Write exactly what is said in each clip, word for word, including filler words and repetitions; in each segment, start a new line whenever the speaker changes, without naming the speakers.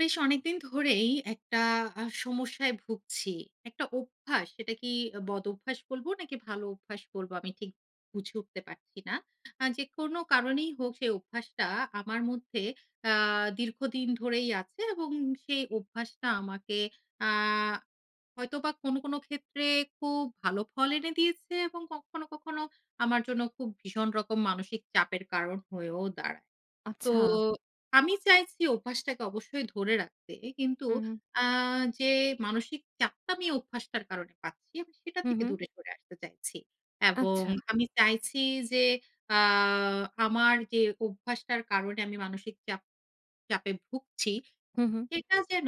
বেশ অনেকদিন ধরেই একটা আ সমস্যায় ভুগছি। একটা অভ্যাস, সেটা কি বদঅভ্যাস বলবো নাকি ভালো অভ্যাস বলবো আমি ঠিক বুঝে উঠতে পারছি না। আ যেকোনো কারণেই হোক সেই অভ্যাসটা আমার মধ্যে আ দীর্ঘদিন ধরেই আছে, এবং সেই অভ্যাসটা আমাকে আ হয়তোবা কোনো, কোনো ক্ষেত্রে খুব ভালো ফল এনে দিয়েছে, এবং কখনো, কখনো আমার জন্য খুব ভীষণ রকম মানসিক চাপের কারণ হয়েও দাঁড়ায়। তো
আচ্ছা।
আমি চাইছি অভ্যাসটাকে অবশ্যই ধরে রাখতে। কিন্তু
হু, হু।
আ যে মানসিক চাপটা আমি অভ্যাসটার কারণে পাচ্ছি, আমি সেটা
হু,
থেকে
হু।
দূরে সরে আসতে চাইছি। এবং
আচ্ছা।
আমি চাইছি যে আ আমার যে অভ্যাসটার কারণে আমি মানসিক চাপ চাপে ভুগছি,
হু, হু।
সেটা যেন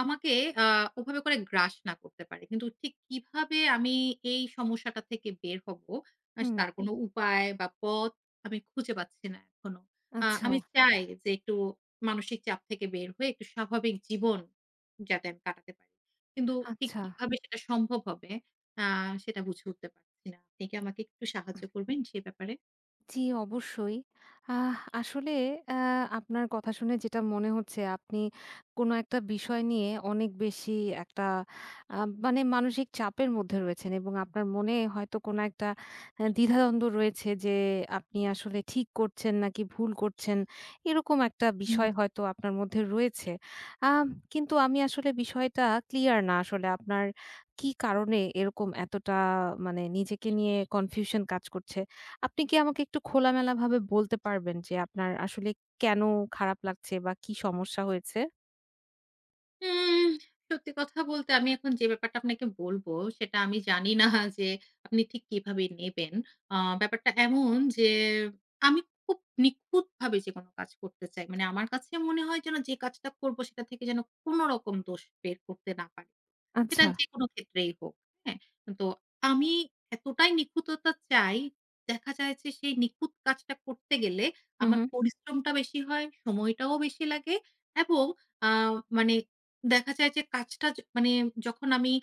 আমাকে আ ওভাবে করে গ্রাস না করতে পারে। কিন্তু ঠিক কিভাবে আমি এই সমস্যাটা থেকে বের হব,
হু,
আস
হু।
তার জি। কোনো উপায় বা পথ আমি খুঁজে পাচ্ছি না এখনো। আ
আচ্ছা,
আমি বুঝতে চাই পেরেছি যে একটু মানসিক চাপ থেকে বের হয়ে একটু স্বাভাবিক জীবন যাতে আমি কাটাতে পারি। কিন্তু ঠিক
আচ্ছা।
কিভাবে সেটা সম্ভব হবে আ সেটা বুঝে উঠতে পারছি না। আপনি কি আমাকে একটু সাহায্য করবেন সে ব্যাপারে?
জি, অবশ্যই। আহ আসলে আ আপনার কথা শুনে যেটা মনে হচ্ছে, আপনি কোনো একটা বিষয় নিয়ে অনেক বেশি একটা আ মানে মানসিক চাপের মধ্যে রয়েছেন, এবং আপনার মনে হয়তো কোনো একটা আ দ্বিধাদ্বন্দ্ব রয়েছে যে আপনি আসলে ঠিক করছেন নাকি ভুল করছেন। এরকম একটা বিষয় হয়তো আপনার মধ্যে রয়েছে। আম কিন্তু আমি আসলে বিষয়টা ক্লিয়ার না, আসলে আপনার কি কারণে এরকম এতটা মানে নিজেকে নিয়ে কনফিউশন কাজ করছে? আপনি কি আমাকে একটু খোলামেলাভাবে বলতে পারবেন যে আপনার আসলে কেন খারাপ লাগছে বা কি সমস্যা হয়েছে?
উম সত্যি কথা বলতে, আমি এখন যে ব্যাপারটা আপনাকে বলবো, সেটা আমি জানি না যে আপনি ঠিক কিভাবে নেবেন। আ ব্যাপারটা এমন যে আমি খুব নিখুঁতভাবে যেকোনো কাজ করতে চাই। মানে আমার কাছে মনে হয় যেন যে কাজটা করব সেটা থেকে যেন কোনো রকম দোষ বের করতে না পারি। সেটা
আচ্ছা।
যেকোনো ক্ষেত্রেই হোক। হ্যাঁ? তো আমি এতটাই নিখুঁততা চাই, দেখা যায় যে সেই নিখুঁত কাজটা করতে গেলে
হুম,
আমার
হুম।
পরিশ্রমটা বেশি হয়, সময়টাও বেশি লাগে। এবং আ মানে দেখা যায় যে কাজটা য মানে, যখন আমি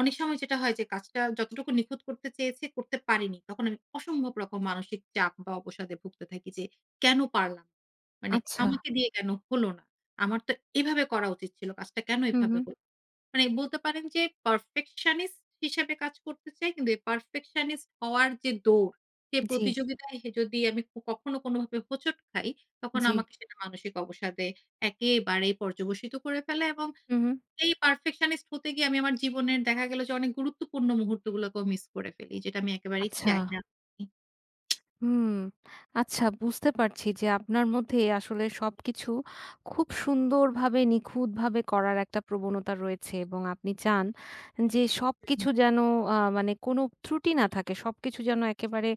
অনেক সময় যেটা হয় যে কাজটা যতটুকু নিখুঁত করতে চেয়েছি করতে পারিনি, তখন আমি অসম্ভব রকম মানসিক চাপ বা অবসাদে ভুগতে থাকি যে কেন পারলাম? না? মানে
আচ্ছা।
আমাকে দিয়ে কেন হলো না? আমার তো এভাবে করা উচিত ছিল। কাজটা কেন
হুম,
এভাবে
হুম।
হলো? না? মানে বলতে পারেন যে perfectionist হিসেবে কাজ করতে চাই। কিন্তু এই perfectionist হওয়ার যে দৌড়, সে
জি,
প্রতিযোগিতায় হে যদি আমি ক কখনো কোনোভাবে হোঁচট খাই, তখন
জি।
আমাকে সেটা মানসিক অবসাদে একেবারেই পর্যবসিত করে ফেলে। এবং
হুম, হুম।
এই পারফেকশনিস্ট হতে গিয়ে আমি আমার জীবনের দেখা গেল যে অনেক গুরুত্বপূর্ণ মুহূর্তগুলোকেও মিস করে ফেলি, যেটা আমি একেবারেই
আচ্ছা।
চাই না।
হুম। আচ্ছা, বুঝতে পারছি যে আপনার মধ্যে আসলে সবকিছু খুব সুন্দরভাবে নিখুঁতভাবে করার একটা প্রবণতা রয়েছে, এবং আপনি চান যে সবকিছু যেন আ মানে কোনো ত্রুটি না থাকে। সবকিছু যেন একেবারে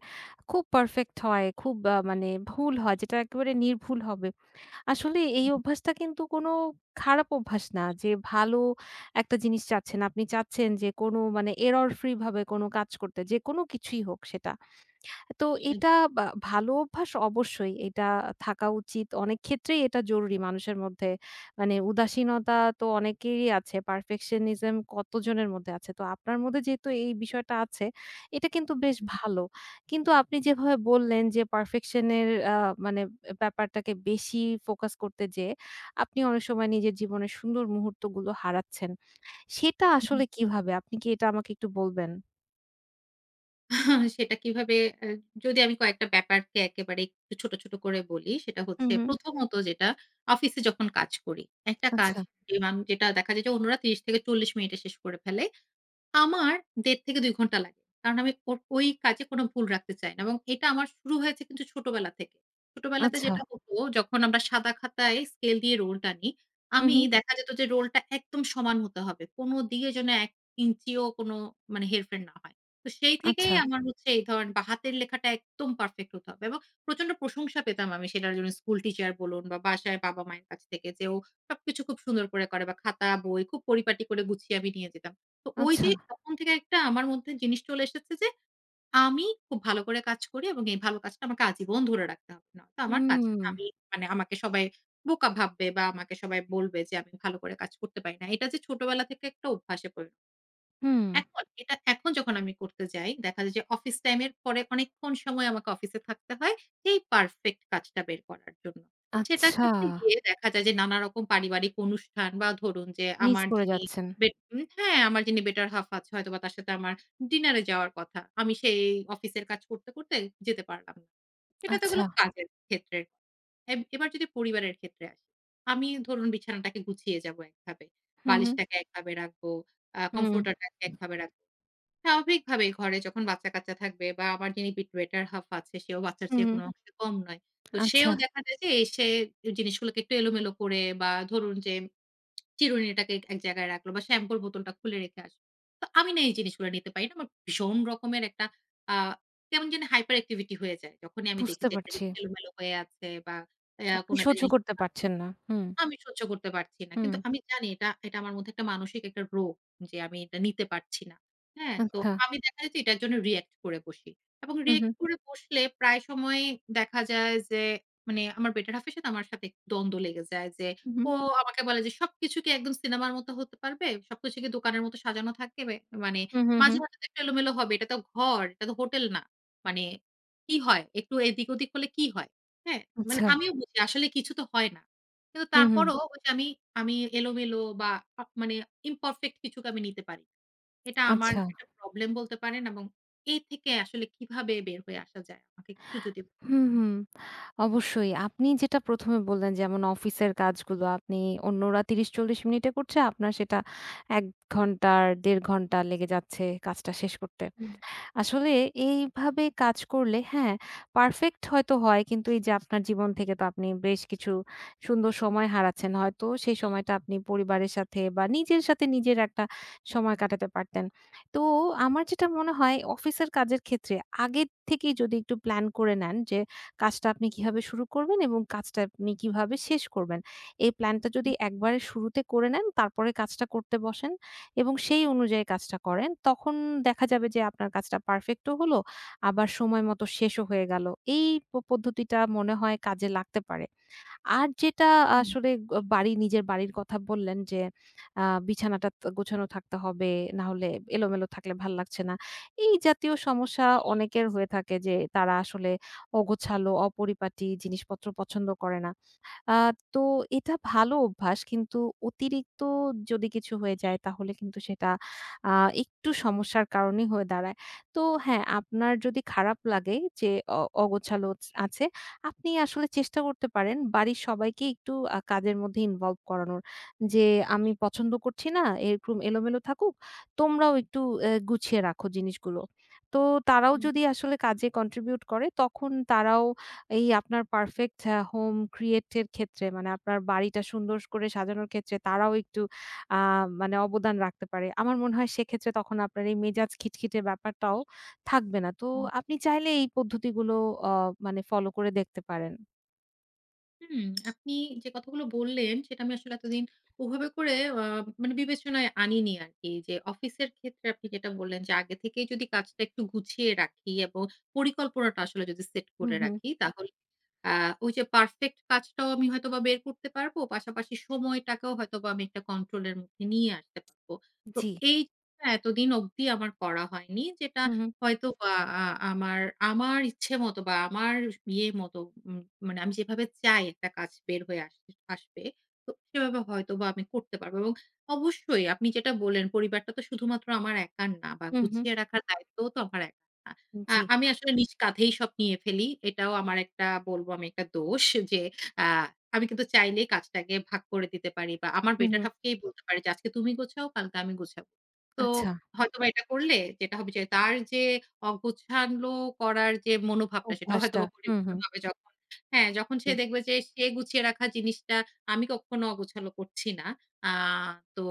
খুব পারফেক্ট হয়, খুব আ মানে ভুল হয় যেটা একেবারে নির্ভুল হবে। আসলে এই অভ্যাসটা কিন্তু কোনো খারাপ অভ্যাস না, যে ভালো একটা জিনিস চাচ্ছেন। আপনি চাচ্ছেন যে কোনো মানে error free ভাবে কোনো কাজ করতে, যেকোনো কিছুই হোক সেটা। তো
একদম,
এটা বা ভালো অভ্যাস অবশ্যই এটা থাকা উচিত। অনেক ক্ষেত্রেই এটা জরুরি মানুষের মধ্যে। মানে উদাসীনতা তো অনেকেরই আছে। Perfectionism কতজনের মধ্যে আছে। তো আপনার মধ্যে যেহেতু এই বিষয়টা আছে, এটা কিন্তু বেশ ভালো। কিন্তু আপনি যেভাবে বললেন যে perfection এর আ মানে ব্যাপারটাকে বেশি ফোকাস করতে যেয়ে আপনি অনেক সময় নিজের জীবনের সুন্দর মুহূর্তগুলো হারাচ্ছেন। সেটা
একদম।
আসলে কিভাবে? আপনি কি এটা আমাকে একটু বলবেন?
সেটা কিভাবে? আ যদি আমি কয়েকটা ব্যাপারকে একেবারে একটু ছোট, ছোট করে বলি, সেটা
হুম,
হচ্ছে
হুম।
প্রথমত যেটা, অফিসে যখন কাজ করি। একটা কাজ,
আচ্ছা,
যেমান যেটা দেখা যায় যে অন্যরা তিরিশ থেকে চল্লিশ মিনিটে শেষ করে ফেলে, আমার দেড় থেকে দুই ঘন্টা লাগে। কারণ আমি ওর ওই কাজে কোনো ভুল রাখতে চাই না। এবং এটা আমার শুরু হয়েছে কিন্তু ছোটবেলা থেকে। ছোটবেলাতে
আচ্ছা।
যেটা হতো, যখন আমরা সাদা খাতায় স্কেল দিয়ে রোল টানি,
হুম,
আমি
হুম।
দেখা যেত যে রোলটা একদম সমান হতে হবে, কোনো দিকে যেন এক ইঞ্চিও কোনো মানে হেরফের না হয়। তো সেই থেকেই
আচ্ছা।
আমার হচ্ছে এই ধরনের, বা হাতের লেখাটা একদম পারফেক্ট হতে হবে। এবং প্রচন্ড প্রশংসা পেতাম আমি সেটার জন্য, স্কুল টিচার বলুন বা বাসায় বাবা-মায়ের কাছ থেকে, যে ও সবকিছু খুব সুন্দর করে করে বা খাতা, বই খুব পরিপাটি করে গুছিয়ে আমি নিয়ে যেতাম। তো ওই
আচ্ছা।
যে তখন থেকে একটা আমার মধ্যে জিনিস চলে এসেছে যে আমি খুব ভালো করে কাজ করি, এবং এই ভালো কাজটা আমাকে আজীবন ধরে রাখতে হবে। নয়তো আমার কাজটা
হুম,
আমি, মানে আমাকে সবাই বোকা ভাববে বা আমাকে সবাই বলবে যে আমি ভালো করে কাজ করতে পারি না। এটা যে ছোটবেলা থেকে একটা অভ্যাসে পরি,
হুম।
এখন এটা এখন যখন আমি করতে যাই, দেখা যায় যে অফিস টাইম এর পরে অনেকক্ষণ সময় আমাকে অফিসে থাকতে হয় এই পারফেক্ট কাজটা বের করার জন্য। সেটা
আচ্ছা,
করতে গিয়ে দেখা যায় যে নানা রকম পারিবারিক অনুষ্ঠান, বা ধরুন যে
মিস
আমার
করে
যিনি
যাচ্ছেন।
বেট উম হ্যাঁ, আমার যিনি বেটার হাফ আছে, হয়তোবা তার সাথে আমার ডিনারে যাওয়ার কথা, আমি সেই অফিসের কাজ করতে, করতে যেতে পারলাম না। এটা তো
আচ্ছা।
হলো কাজের ক্ষেত্রের। এব এবার যদি পরিবারের ক্ষেত্রে আসি, আমি ধরুন বিছানাটাকে গুছিয়ে যাবো একভাবে,
হুম, হুম,
বালিশটাকে একভাবে রাখবো, আ
হুম,
কমফোর্টারটাকে একভাবে রাখবো। স্বাভাবিকভাবেই, ঘরে যখন বাচ্চা-কাচ্চা থাকবে, বা আমার যিনি বিট বেটার হাফ আছে, সেও বাচ্চার
হুম,
চেয়ে
হুম।
কোনো হুম। অংশে কম নয়। তো
আচ্ছা,
সেও দেখা যায় যে এসে এই জিনিসগুলোকে একটু এলোমেলো করে, বা ধরুন যে চিরুনিটাকে এক জায়গায় রাখলো বা শ্যাম্পুর বোতলটা খুলে রেখে আসলো। তো আমি না, এই জিনিসগুলো নিতে পারি না। আমার ভীষণ রকমের একটা আ কেমন জানি হাইপার অ্যাক্টিভিটি হয়ে যায়, যখনই আমি দেখি
বুঝতে
যে একটা
পারছি।
জিনিস এলোমেলো হয়ে আছে, বা অ্যা
আপনি
কোনো একটা
সহ্য
জিনিস
করতে পারছেন না। হুম,
আমি সহ্য করতে পারছি না।
হুম।
কিন্তু আমি জানি এটা, এটা আমার মধ্যে একটা মানসিক একটা রোগ যে আমি এটা নিতে পারছি না। হ্যাঁ? তো
আচ্ছা।
আমি, দেখা যায় যে এটার জন্য রিঅ্যাক্ট করে বসি। এবং
হুম,
রিঅ্যাক্ট
হুম,
করে বসলে প্রায় সময়ই দেখা যায় যে, মানে আমার বেটার হাফ এর সাথে, আমার সাথে একটু দ্বন্দ্ব লেগে যায় যে
হুম,
ও আমাকে বলে যে, "সবকিছু কি একদম সিনেমার মতো হতে পারবে? সবকিছু কি দোকানের মতো সাজানো থাকবে? মানে,
হুম, হুম, হুম।
মাঝে,
হুম।
মাঝে তো একটু এলোমেলো হবে। এটা তো ঘর, এটা তো হোটেল না। মানে কি হয়? একটু এদিক ওদিক হলে কি হয়?" হ্যাঁ? মানে
আচ্ছা।
আমিও বুঝি আসলে কিছু তো হয় না। কিন্তু
হুম, হুম।
তারপরও ওই যে আমি, আমি এলোমেলো বা আ মানে imperfect কিছুকে আমি নিতে পারি না। এটা আমার
আচ্ছা।
একটা প্রবলেম বলতে পারেন। এবং এই থেকে আসলে কিভাবে বের হয়ে আসা যায়? আমাকে একটু যদি।
হুম, হুম। অবশ্যই। আপনি যেটা ১ম এ বললেন, যেমন অফিসের কাজগুলো আপনি, অন্যরা ত্রিশ থেকে চল্লিশ মিনিটে করছে, আপনার সেটা এক ঘন্টার দেড় ঘন্টা লেগে যাচ্ছে কাজটা শেষ করতে।
হুম,
আসলে এইভাবে কাজ করলে, হ্যাঁ, পারফেক্ট হয়তো হয়, কিন্তু এই যে আপনার জীবন থেকে তো আপনি বেশ কিছু সুন্দর সময় হারাচ্ছেন। হয়তো সেই সময়টা আপনি পরিবারের সাথে বা নিজের সাথে নিজের একটা সময় কাটাতে পারতেন। তো আমার যেটা মনে হয়, অফিসের কাজের ক্ষেত্রে আগের থেকেই যদি একটু প্ল্যান করে নেন যে কাজটা আপনি কিভাবে শুরু করবেন এবং কাজটা আপনি কিভাবে শেষ করবেন। এই প্ল্যানটা যদি
হুম,
একবারে শুরুতে করে নেন, তারপরে কাজটা করতে বসেন এবং সেই অনুযায়ী কাজটা করেন, তখন দেখা যাবে যে আপনার কাজটা পারফেক্টও হলো, আবার সময় মতো শেষও হয়ে গেল। এই প পদ্ধতিটা মনে হয় কাজে লাগতে পারে। আর যেটা
হুম,
আসলে গ বাড়ি নিজের বাড়ির কথা বললেন যে, আ বিছানাটা ত গোছানো থাকতে হবে, না হলে এলোমেলো থাকলে ভাল লাগছে না। এই জাতীয় সমস্যা অনেকের হয়ে থাকে, যে তারা আসলে অগোছালো, অপরিপাটি জিনিসপত্র পছন্দ করে না। আ তো এটা ভালো অভ্যাস। কিন্তু অতিরিক্ত যদি কিছু হয়ে যায় তাহলে কিন্তু সেটা আ একটু সমস্যার কারণই হয়ে দাঁড়ায়। তো হ্যাঁ, আপনার যদি খারাপ লাগে যে অ অগোছালো চ আছে, আপনি আসলে চেষ্টা করতে পারেন বাড়ির সবাইকে একটু আ কাজের মধ্যে ইনভলভ করানোর। যে আমি পছন্দ করছি না এরকম এলোমেলো থাকুক, তোমরাও একটু এ গুছিয়ে রাখো জিনিসগুলো। তো তারাও
হুম,
যদি আসলে কাজে কন্ট্রিবিউট করে, তখন তারাও এই আপনার পারফেক্ট আ হোম ক্রিয়েট এর ক্ষেত্রে, মানে আপনার বাড়িটা সুন্দর করে সাজানোর ক্ষেত্রে তারাও একটু আ মানে অবদান রাখতে পারে। আমার মনে হয় সেক্ষেত্রে তখন আপনার এই মেজাজ খিটখিটে ব্যাপারটাও থাকবে না। তো
হুম।
আপনি চাইলে এই পদ্ধতিগুলো অ মানে ফলো করে দেখতে পারেন।
হুম। আপনি যে কথাগুলো বললেন, সেটা আমি আসলে এতদিন ওভাবে করে আ মানে বিবেচনায় আনিনি আরকি। যে অফিসের ক্ষেত্রে আপনি যেটা বললেন, যে আগে থেকেই যদি কাজটা একটু গুছিয়ে রাখি এবং পরিকল্পনাটা আসলে যদি সেট
হুম,
করে
হুম।
রাখি, তাহলে আ ওই যে পারফেক্ট কাজটাও আমি হয়তোবা বের করতে পারবো, পাশাপাশি সময়টাকেও হয়তোবা আমি একটা কন্ট্রোল এর মধ্যে নিয়ে আসতে পারবো। তো
জি।
এই জিনিসটা এতদিন অবধি আমার করা হয়নি, যেটা
হুম, হুম।
হয়তোবা আ আমার আমার ইচ্ছে মতো বা আমার ইয়ে মতো উম মানে আমি যেভাবে চাই একটা কাজ বের হয়ে আস আসবে। তো সেভাবে হয়তোবা আমি করতে পারব। এবং অবশ্যই আপনি যেটা বললেন, পরিবারটা তো শুধুমাত্র আমার একার না, বা
হুম, হুম।
গুছিয়ে রাখার দায়িত্বও তো আমার একার না। আ
জি।
আমি আসলে নিজ কাঁধেই সব নিয়ে ফেলি। এটাও আমার একটা, বলবো আমি, একটা দোষ যে আ আমি কিন্তু চাইলেই কাজটাকে ভাগ করে দিতে পারি, বা আমার
হুম,
বেটার
হুম।
হালফ কেই বলতে পারি যে, "আজকে তুমি গোছাও, কালকে আমি গোছাবো।" তো
আচ্ছা,
হয়তোবা এটা করলে যেটা হবে যে, তার যে অগোছালো করার যে মনোভাবটা, সেটা
অভ্যাসটা।
হয়তোবা
হুম,
পরিবর্তন
হুম।
হবে যখন, হ্যাঁ, যখন সে
জি।
দেখবে যে সে গুছিয়ে রাখা জিনিসটা আমি কখনো অগোছালো করছি না। আ তো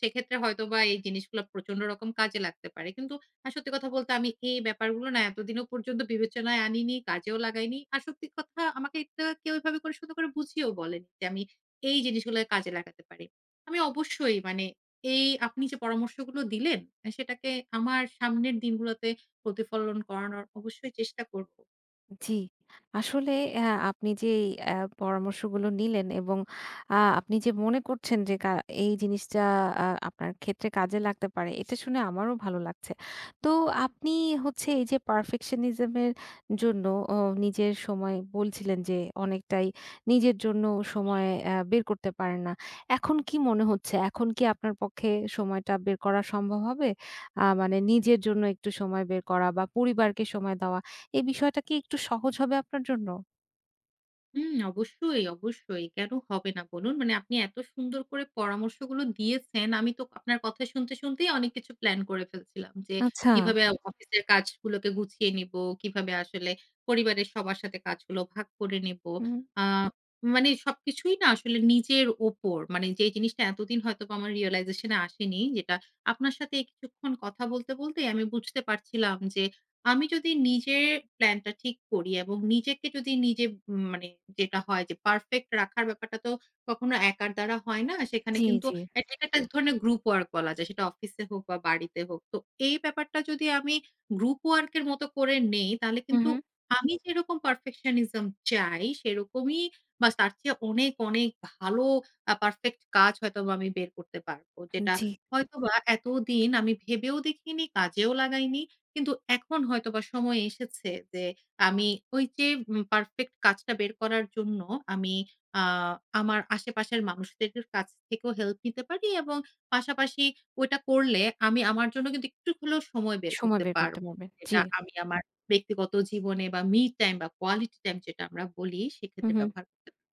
সেক্ষেত্রে হয়তোবা এই জিনিসগুলা প্রচন্ড রকম কাজে লাগতে পারে। কিন্তু আ সত্যি কথা বলতে, আমি এই ব্যাপারগুলো না এতদিনও পর্যন্ত বিবেচনায় আনিনি, কাজেও লাগাইনি। আর সত্যি কথা, আমাকে এটা কেউ এভাবে করে সুন্দর করে বুঝিয়েও বলেনি যে আমি এই জিনিসগুলো কাজে লাগাতে পারি। আমি অবশ্যই মানে এই আপনি যে পরামর্শগুলো দিলেন, সেটাকে আমার সামনের দিনগুলোতে প্রতিফলন করানোর অবশ্যই চেষ্টা করব।
জি। আসলে অ্যা আপনি যে অ্যা পরামর্শগুলো নিলেন এবং আ আপনি যে মনে করছেন যে কা এই জিনিসটা আ আপনার ক্ষেত্রে কাজে লাগতে পারে, এটা শুনে আমারও ভালো লাগছে। তো আপনি হচ্ছে এই যে perfectionism এর জন্য অ নিজের সময় বলছিলেন যে অনেকটাই নিজের জন্য সময় অ্যা বের করতে পারেন না। এখন কি মনে হচ্ছে? এখন কি আপনার পক্ষে সময়টা বের করা সম্ভব হবে? আ মানে নিজের জন্য একটু সময় বের করা বা পরিবারকে সময় দেওয়া। এই বিষয়টা কি একটু সহজ হবে আপনার জন্য?
হুম, অবশ্যই, অবশ্যই। কেন হবে না বলুন? মানে আপনি এত সুন্দর করে পরামর্শগুলো দিয়েছেন, আমি তো আপনার কথা শুনতে, শুনতেই অনেক কিছু প্ল্যান করে ফেলছিলাম যে
আচ্ছা।
কিভাবে অ অফিসের কাজগুলোকে গুছিয়ে নিবো, কিভাবে আসলে পরিবারের সবার সাথে কাজগুলো ভাগ করে নেবো।
হুম,
আ মানে সবকিছুই না আসলে নিজের ওপর, মানে যে জিনিসটা এতদিন হয়তোবা আমার realization এ আসেনি, যেটা আপনার সাথে এই কিছুক্ষণ কথা বলতে, বলতেই আমি বুঝতে পারছিলাম যে আমি যদি নিজের প্ল্যানটা ঠিক করি এবং নিজেকে যদি নিজে উম মানে, যেটা হয় যে পারফেক্ট রাখার ব্যাপারটা তো কখনো একার দ্বারা হয় না। সেখানে
জি,
কিন্তু
জি।
এটা একটা এক ধরনের গ্রুপ ওয়ার্ক বলা যায়, সেটা অফিসে হোক বা বাড়িতে হোক। তো এই ব্যাপারটা যদি আমি গ্রুপ ওয়ার্ক এর মতো করে নেই, তাহলে
হুম,
কিন্তু
হুম।
আমি যেরকম পারফেকশনিজম চাই, সেরকমই বা তার চেয়ে অনেক, অনেক ভালো আ পারফেক্ট কাজ হয়তোবা আমি বের করতে পারব, যেটা
জি,
হয়তোবা এতদিন আমি ভেবেও দেখিনি, কাজেও লাগাইনি। কিন্তু এখন হয়তোবা সময় এসেছে যে আমি ওই যে উম পারফেক্ট কাজটা বের করার জন্য আমি আ আমার আশেপাশের মানুষদের কাছ থেকেও হেল্প নিতে পারি। এবং পাশাপাশি ওইটা করলে আমি আমার জন্য কিন্তু একটু হলেও সময় বের
সময়
করতে
বের করতে
পারব,
পারবেন।
যেটা
জি।
আমি আমার ব্যক্তিগত জীবনে বা মি টাইম বা কোয়ালিটি টাইম যেটা আমরা বলি,
হুম,
সেক্ষেত্রে
হুম।
ব্যবহার করতে পারি।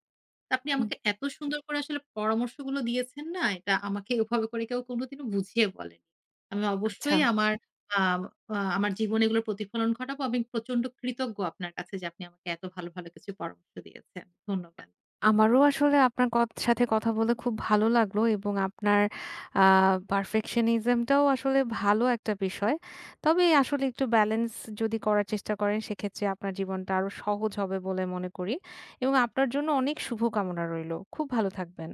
আপনি
হুম,
আমাকে এত সুন্দর করে আসলে পরামর্শগুলো দিয়েছেন না, এটা আমাকে এভাবে করে কেউ কোনোদিনও বুঝিয়ে বলেনি। আমি
আচ্ছা।
অবশ্যই আমার আম আ আমার জীবনে এগুলোর প্রতিফলন ঘটাবো। আমি প্রচন্ড কৃতজ্ঞ আপনার কাছে যে আপনি আমাকে এত ভালো, ভালো কিছু পরামর্শ দিয়েছেন। ধন্যবাদ।
আমারও আসলে আপনার কথ সাথে কথা বলে খুব ভালো লাগলো এবং আপনার আ perfectionism টাও আসলে ভালো একটা বিষয়। তবে আসলে একটু ব্যালেন্স যদি করার চেষ্টা করেন সেক্ষেত্রে আপনার জীবনটা আরো সহজ হবে বলে মনে করি, এবং আপনার জন্য অনেক শুভকামনা রইলো। খুব ভালো থাকবেন।